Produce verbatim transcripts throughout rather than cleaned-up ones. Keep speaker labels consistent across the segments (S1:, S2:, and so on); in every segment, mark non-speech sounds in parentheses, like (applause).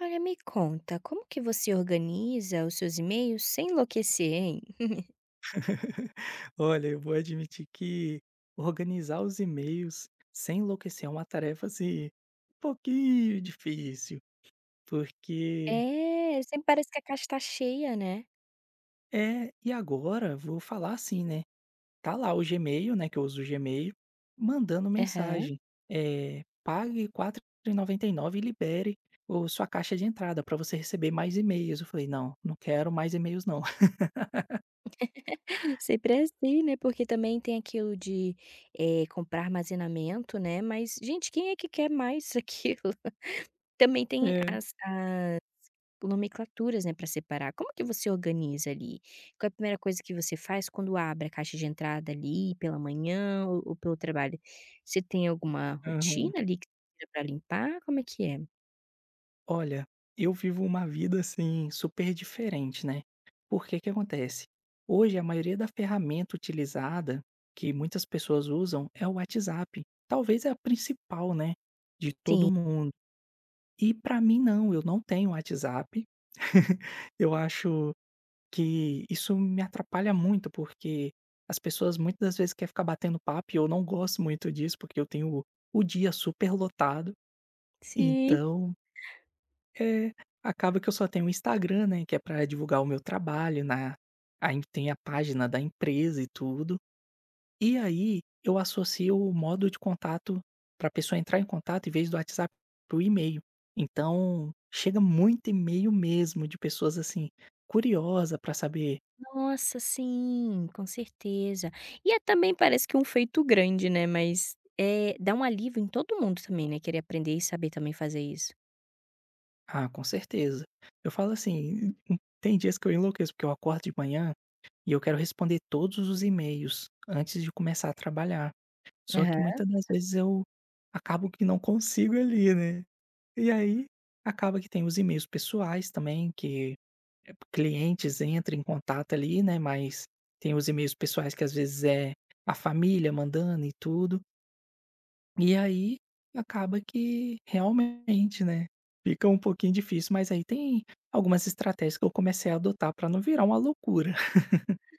S1: Olha, me conta, como que você organiza os seus e-mails sem enlouquecer, hein?
S2: (laughs) Olha, eu vou admitir que organizar os e-mails sem enlouquecer é uma tarefa assim, um pouquinho difícil, porque
S1: É, sempre parece que a caixa tá cheia, né?
S2: é, e agora vou falar assim, né? Tá lá o Gmail, né, que eu uso o Gmail, mandando
S1: Aham.
S2: mensagem, é, pague R$ quatro e noventa e e nove e libere o, sua caixa de entrada para você receber mais e-mails. Eu falei, não, não quero mais e-mails não.
S1: (laughs) Sempre é assim, né, porque também tem aquilo de, eh, comprar armazenamento, né, mas gente, quem é que quer mais aquilo? (laughs) Também
S2: (laughs)
S1: tem
S2: É.
S1: as a nomenclaturas, né, para separar. Como que você organiza ali? Qual é a primeira coisa que você faz quando abre a caixa de entrada ali pela manhã ou ou pelo trabalho? Você tem alguma rotina ali que você tira pra limpar? Como é que é?
S2: Olha, eu vivo uma vida assim super diferente, né? Porque que acontece? Hoje a maioria da ferramenta utilizada que muitas pessoas usam é o WhatsApp. Talvez é a principal, né, de
S1: Sim.
S2: todo mundo. E para mim não, eu não tenho WhatsApp. (laughs) Eu acho que isso me atrapalha muito porque as pessoas muitas das vezes querem ficar batendo papo e eu não gosto muito disso porque eu tenho o dia super lotado.
S1: Sim.
S2: Então, é, acaba que eu só tenho o Instagram, né, que é pra divulgar o meu trabalho na aí tem a página da empresa e tudo. E aí, eu associo o modo de contato pra pessoa entrar em contato em vez do WhatsApp, pro e-mail. Então, chega muito e-mail mesmo de pessoas, assim, curiosa pra saber.
S1: Nossa, sim, com certeza. E é também parece que um feito grande, né, mas, é dá um alívio em todo mundo também, né, querer aprender e saber também fazer isso.
S2: Ah, com certeza. Eu falo assim, (laughs) tem dias que eu enlouqueço, porque eu acordo de manhã e eu quero responder todos os e-mails antes de começar a trabalhar. Só que
S1: Aham.
S2: muitas das vezes eu acabo que não consigo ali, né. E aí, acaba que tem os e-mails pessoais também que eh, clientes entram em contato ali, né, mas tem os e-mails pessoais que às vezes é a família mandando e tudo. E aí, acaba que realmente, né, fica um pouquinho difícil, mas aí tem algumas estratégias que eu comecei a adotar para não virar uma loucura. (laughs)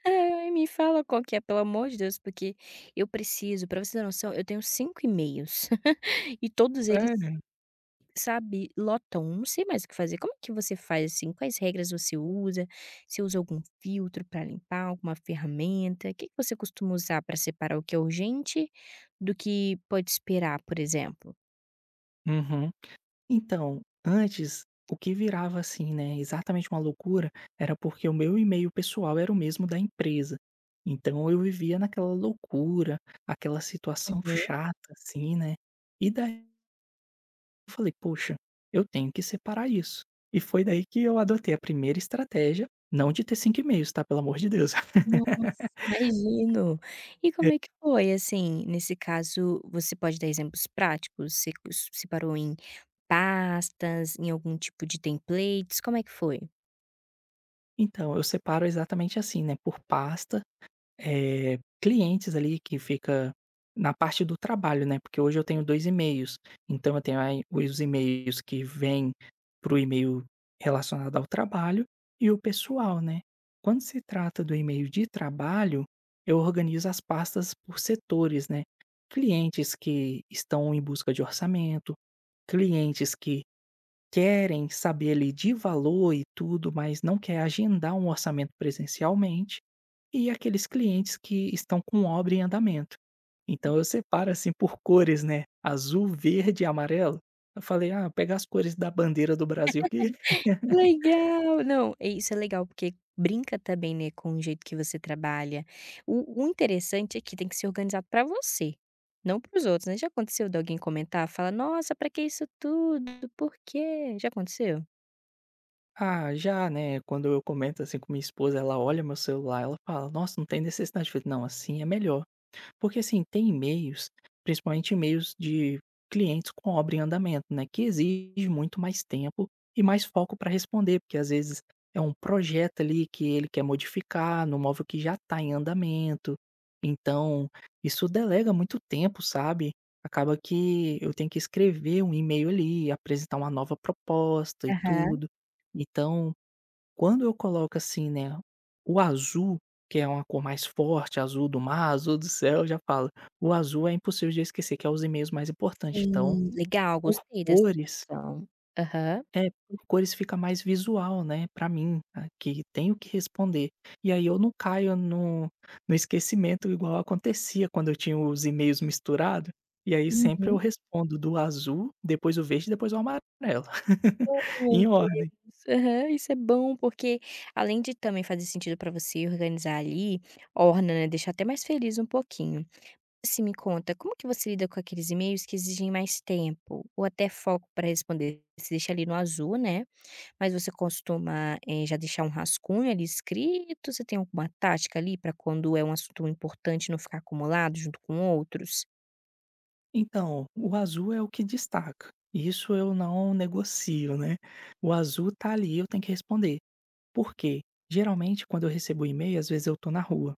S1: Ai, me fala qual que é, pelo amor de Deus, porque eu preciso, pra você ter noção, eu tenho cinco e-mails (laughs) e todos eles
S2: Sério?
S1: sabe, lotam, não sei mais o que fazer. Como que você faz, assim? Quais regras você usa? Você usa algum filtro para limpar, alguma ferramenta? O que que você costuma usar para separar o que é urgente do que pode esperar, por exemplo?
S2: Uhum. Então, antes, o que virava assim, né, exatamente uma loucura, era porque o meu e-mail pessoal era o mesmo da empresa. Então eu vivia naquela loucura, aquela situação
S1: Uhum.
S2: chata, assim, né? E daí eu falei, poxa, eu tenho que separar isso. E foi daí que eu adotei a primeira estratégia, não de ter cinco e-mails, tá? Pelo amor de Deus. (laughs)
S1: Nossa, imagino. E
S2: É.
S1: como é que foi, assim, nesse caso, você pode dar exemplos práticos? Você cos separou em pastas, em algum tipo de templates, como é que foi?
S2: Então, eu separo exatamente assim, né? Por pastas. Eh, clientes ali que fica na parte do trabalho, né, porque hoje eu tenho dois e-mails, então eu tenho aí os e-mails que vêm para o e-mail relacionado ao trabalho e o pessoal, né. Quando se trata do e-mail de trabalho, eu organizo as pastas por setores, né, clientes que estão em busca de orçamento, clientes que querem saber ali de valor e tudo, mas não quer agendar um orçamento presencialmente, e aqueles clientes que estão com obra em andamento. Então eu separo, assim, por cores, né, azul, verde e amarelo. Eu falei: "Ah, pega as cores da bandeira do Brasil", que (laughs)
S1: Que legal! Não, é isso é legal, porque brinca também, né, com o jeito que você trabalha. O o interessante é que tem que ser organizado para você, não para os outros, né. Já aconteceu de alguém comentar, fala "Nossa, para que isso tudo? Por quê?" Já aconteceu?
S2: ah, já, né, quando eu comento, assim, com minha esposa, ela olha meu celular, ela fala: "Nossa, não tem necessidade". Eu falei: "Não, assim é melhor". Porque assim, tem e-mails, principalmente e-mails de clientes com obra em andamento, né, que exige muito mais tempo e mais foco para responder, porque às vezes é um projeto ali que ele quer modificar no móvel que já está em andamento. Então, isso delega muito tempo, sabe? Acaba que eu tenho que escrever um e-mail ali, apresentar uma nova proposta e
S1: Aham,
S2: tudo. Então, quando eu coloco, assim, né, o azul, que é uma cor mais forte, azul do mar, azul do céu, eu já falo: "O azul é impossível de esquecer, que é os e-mails mais importante". Então,
S1: sim. Legal,
S2: por
S1: gostei dessa
S2: cores,
S1: separação. Aham.
S2: é, por cores fica mais visual, né, pra mim, ah, que tenho que responder. E aí eu não caio no no esquecimento igual acontecia quando eu tinha os e-mails misturados. E aí sempre eu
S1: Uhum.
S2: respondo do azul, depois o verde, depois o amarelo, (laughs)
S1: Oh, meu
S2: em
S1: Deus.
S2: ordem.
S1: Aham, isso é bom, porque além de também fazer sentido para você organizar ali, orna, né, deixar até mais feliz um pouquinho. Se me conta, como que você lida com aqueles e-mails que exigem mais tempo ou até foco para responder? Você deixa ali no azul, né, mas você costuma, eh, já deixar um rascunho ali escrito? Você tem alguma tática ali para quando é um assunto importante não ficar acumulado junto com outros?
S2: Então, o azul é o que destaca. Isso eu não negocio, né. O azul tá ali, eu tenho que responder. Por quê? Geralmente quando eu recebo e-mail, às vezes eu tô na rua,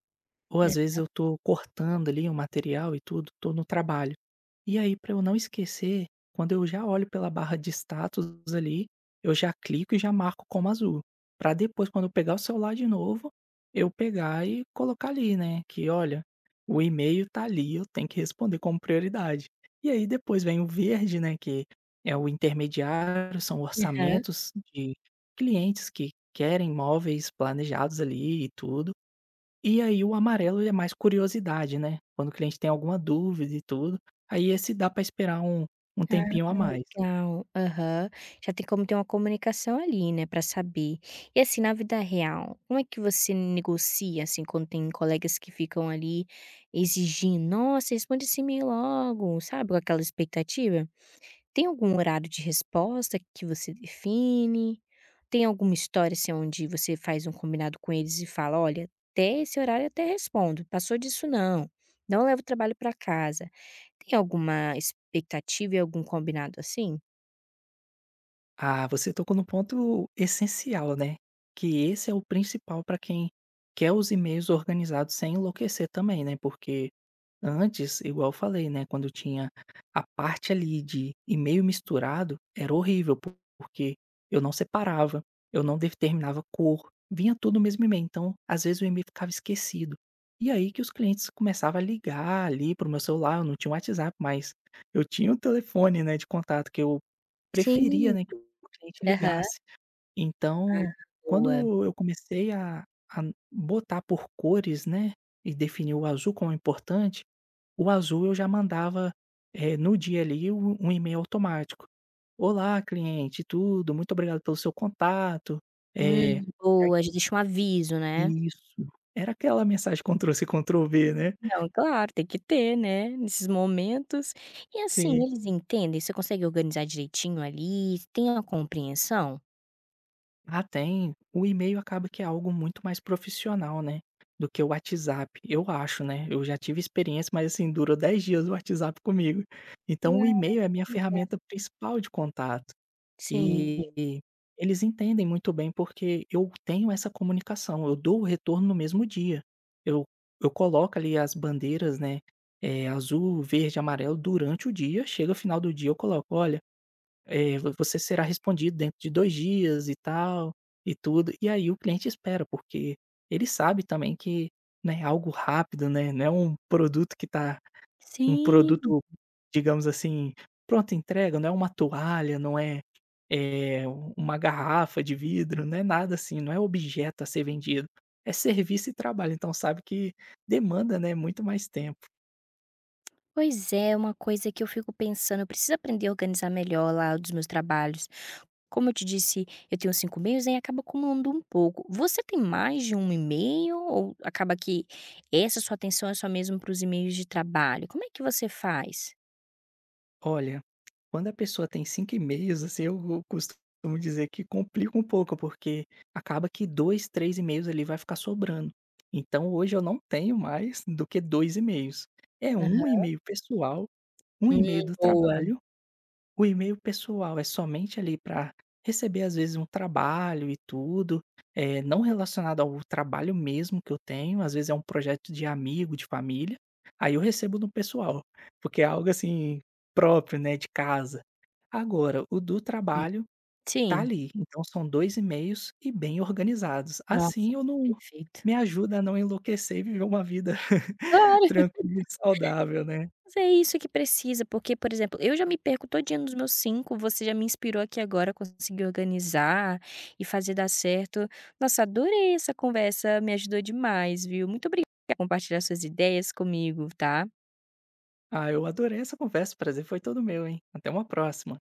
S2: ou às vezes eu tô cortando ali o material e tudo, tô no trabalho. E aí, para eu não esquecer, quando eu já olho pela barra de status ali, eu já clico e já marco como azul. Para depois, quando eu pegar o celular de novo, eu pegar e colocar ali, né? Que olha, o e-mail tá ali, eu tenho que responder como prioridade. E aí depois vem o verde, né? Que é o intermediário, são
S1: Aham.
S2: orçamentos de clientes que querem móveis planejados ali e tudo. E aí o amarelo é mais curiosidade, né, quando o cliente tem alguma dúvida e tudo, aí esse dá para esperar um um tempinho a mais.
S1: Legal, aham. Já tem como ter uma comunicação ali, né, pra saber. E assim, na vida real, como é que você negocia, assim, quando tem colegas que ficam ali exigindo: "Nossa, responde esse e-mail logo", sabe, com aquela expectativa? Tem algum horário de resposta que você define? Tem alguma história, assim, onde você faz um combinado com eles e fala: "Olha, até esse horário eu até respondo, passou disso não, não levo o trabalho pra casa". Tem alguma expectativa e algum combinado assim?
S2: Ah, você tocou no ponto essencial, né, que esse é o principal para quem quer os e-mails organizados sem enlouquecer também, né, porque antes, igual eu falei, né, quando tinha a parte ali de e-mail misturado, era horrível, po- porque eu não separava, eu não determinava cor, vinha tudo no mesmo e-mail, então às vezes o e-mail ficava esquecido. E aí que os clientes começavam a ligar ali pro meu celular, eu não tinha o WhatsApp, mas eu tinha o telefone, né, de contato que eu preferia,
S1: Sim.
S2: né, que o cliente
S1: Aham.
S2: ligasse.
S1: Ah,
S2: Então,
S1: boa.
S2: quando eu comecei a, a botar por cores, né, e definir o azul como importante, o azul eu já mandava, eh, no dia ali um um e-mail automático: "Olá cliente, tudo, muito obrigado pelo seu contato, eh"
S1: Hum,
S2: É
S1: boa, já deixa um aviso, né?
S2: isso, era aquela mensagem Ctrl C Ctrl V, né.
S1: Não, claro, tem que ter, né, nesses momentos. E assim,
S2: Sim.
S1: eles entendem? Você consegue organizar direitinho ali? Tem uma compreensão?
S2: Ah, tem, o e-mail acaba que é algo muito mais profissional, né, do que o WhatsApp, eu acho, né, eu já tive experiência, mas assim, durou dez dias o WhatsApp comigo. Então o
S1: Ah,
S2: e-mail é a minha
S1: legal.
S2: ferramenta principal de contato.
S1: Sim.
S2: E eles entendem muito bem, porque eu tenho essa comunicação, eu dou o retorno no mesmo dia. Eu eu coloco ali as bandeiras, né, eh, azul, verde, amarelo durante o dia, chega o final do dia eu coloco: "Olha, eh, vo você será respondido dentro de dois dias e tal, e tudo". E aí o cliente espera, porque ele sabe também que não é algo rápido, né, não é um produto que tá um
S1: Sim.
S2: produto, digamos assim, pronta entrega, não é uma toalha, não é eh, um, uma garrafa de vidro, não é nada assim, não é objeto a ser vendido, é serviço e trabalho, então sabe que demanda, né, muito mais tempo.
S1: Pois é, é uma coisa que eu fico pensando, eu preciso aprender a organizar melhor lá dos meus trabalhos. Como eu te disse, eu tenho cinco e-mails, aí acaba acumulando um pouco. Você tem mais de um e-mail ou acaba que essa sua atenção é só mesmo para os e-mails de trabalho? Como é que você faz?
S2: Olha, quando a pessoa tem cinco e-mails, assim, eu eu costumo dizer que complica um pouco, porque acaba que dois três e-mails ali vai ficar sobrando. Então hoje eu não tenho mais do que dois e-mails. É um
S1: Aham.
S2: e-mail pessoal, um
S1: Hum,
S2: e-mail do
S1: boa.
S2: trabalho. O e-mail pessoal é somente ali para receber, às vezes, um trabalho e tudo, eh, não relacionado ao trabalho mesmo que eu tenho, às vezes é um projeto de amigo, de família, aí eu recebo no pessoal, porque é algo assim, próprio, né, de casa. Agora, o do
S1: Hum,
S2: trabalho tá
S1: sim.
S2: ali, então são dois e-mails e bem organizados. Assim
S1: Nossa,
S2: eu não
S1: perfeito.
S2: me ajuda a não enlouquecer e viver uma vida (laughs)
S1: Claro,
S2: tranquila e saudável, né.
S1: mas é isso que precisa, porque, por exemplo, eu já me perco todinha nos meus cinco. Você já me inspirou aqui agora a conseguir organizar e fazer dar certo. Nossa, adorei essa conversa, me ajudou demais, viu. Muito obrigada por compartilhar suas ideias comigo, tá.
S2: Ah, eu adorei essa conversa, o prazer foi todo meu, hein. Até uma próxima.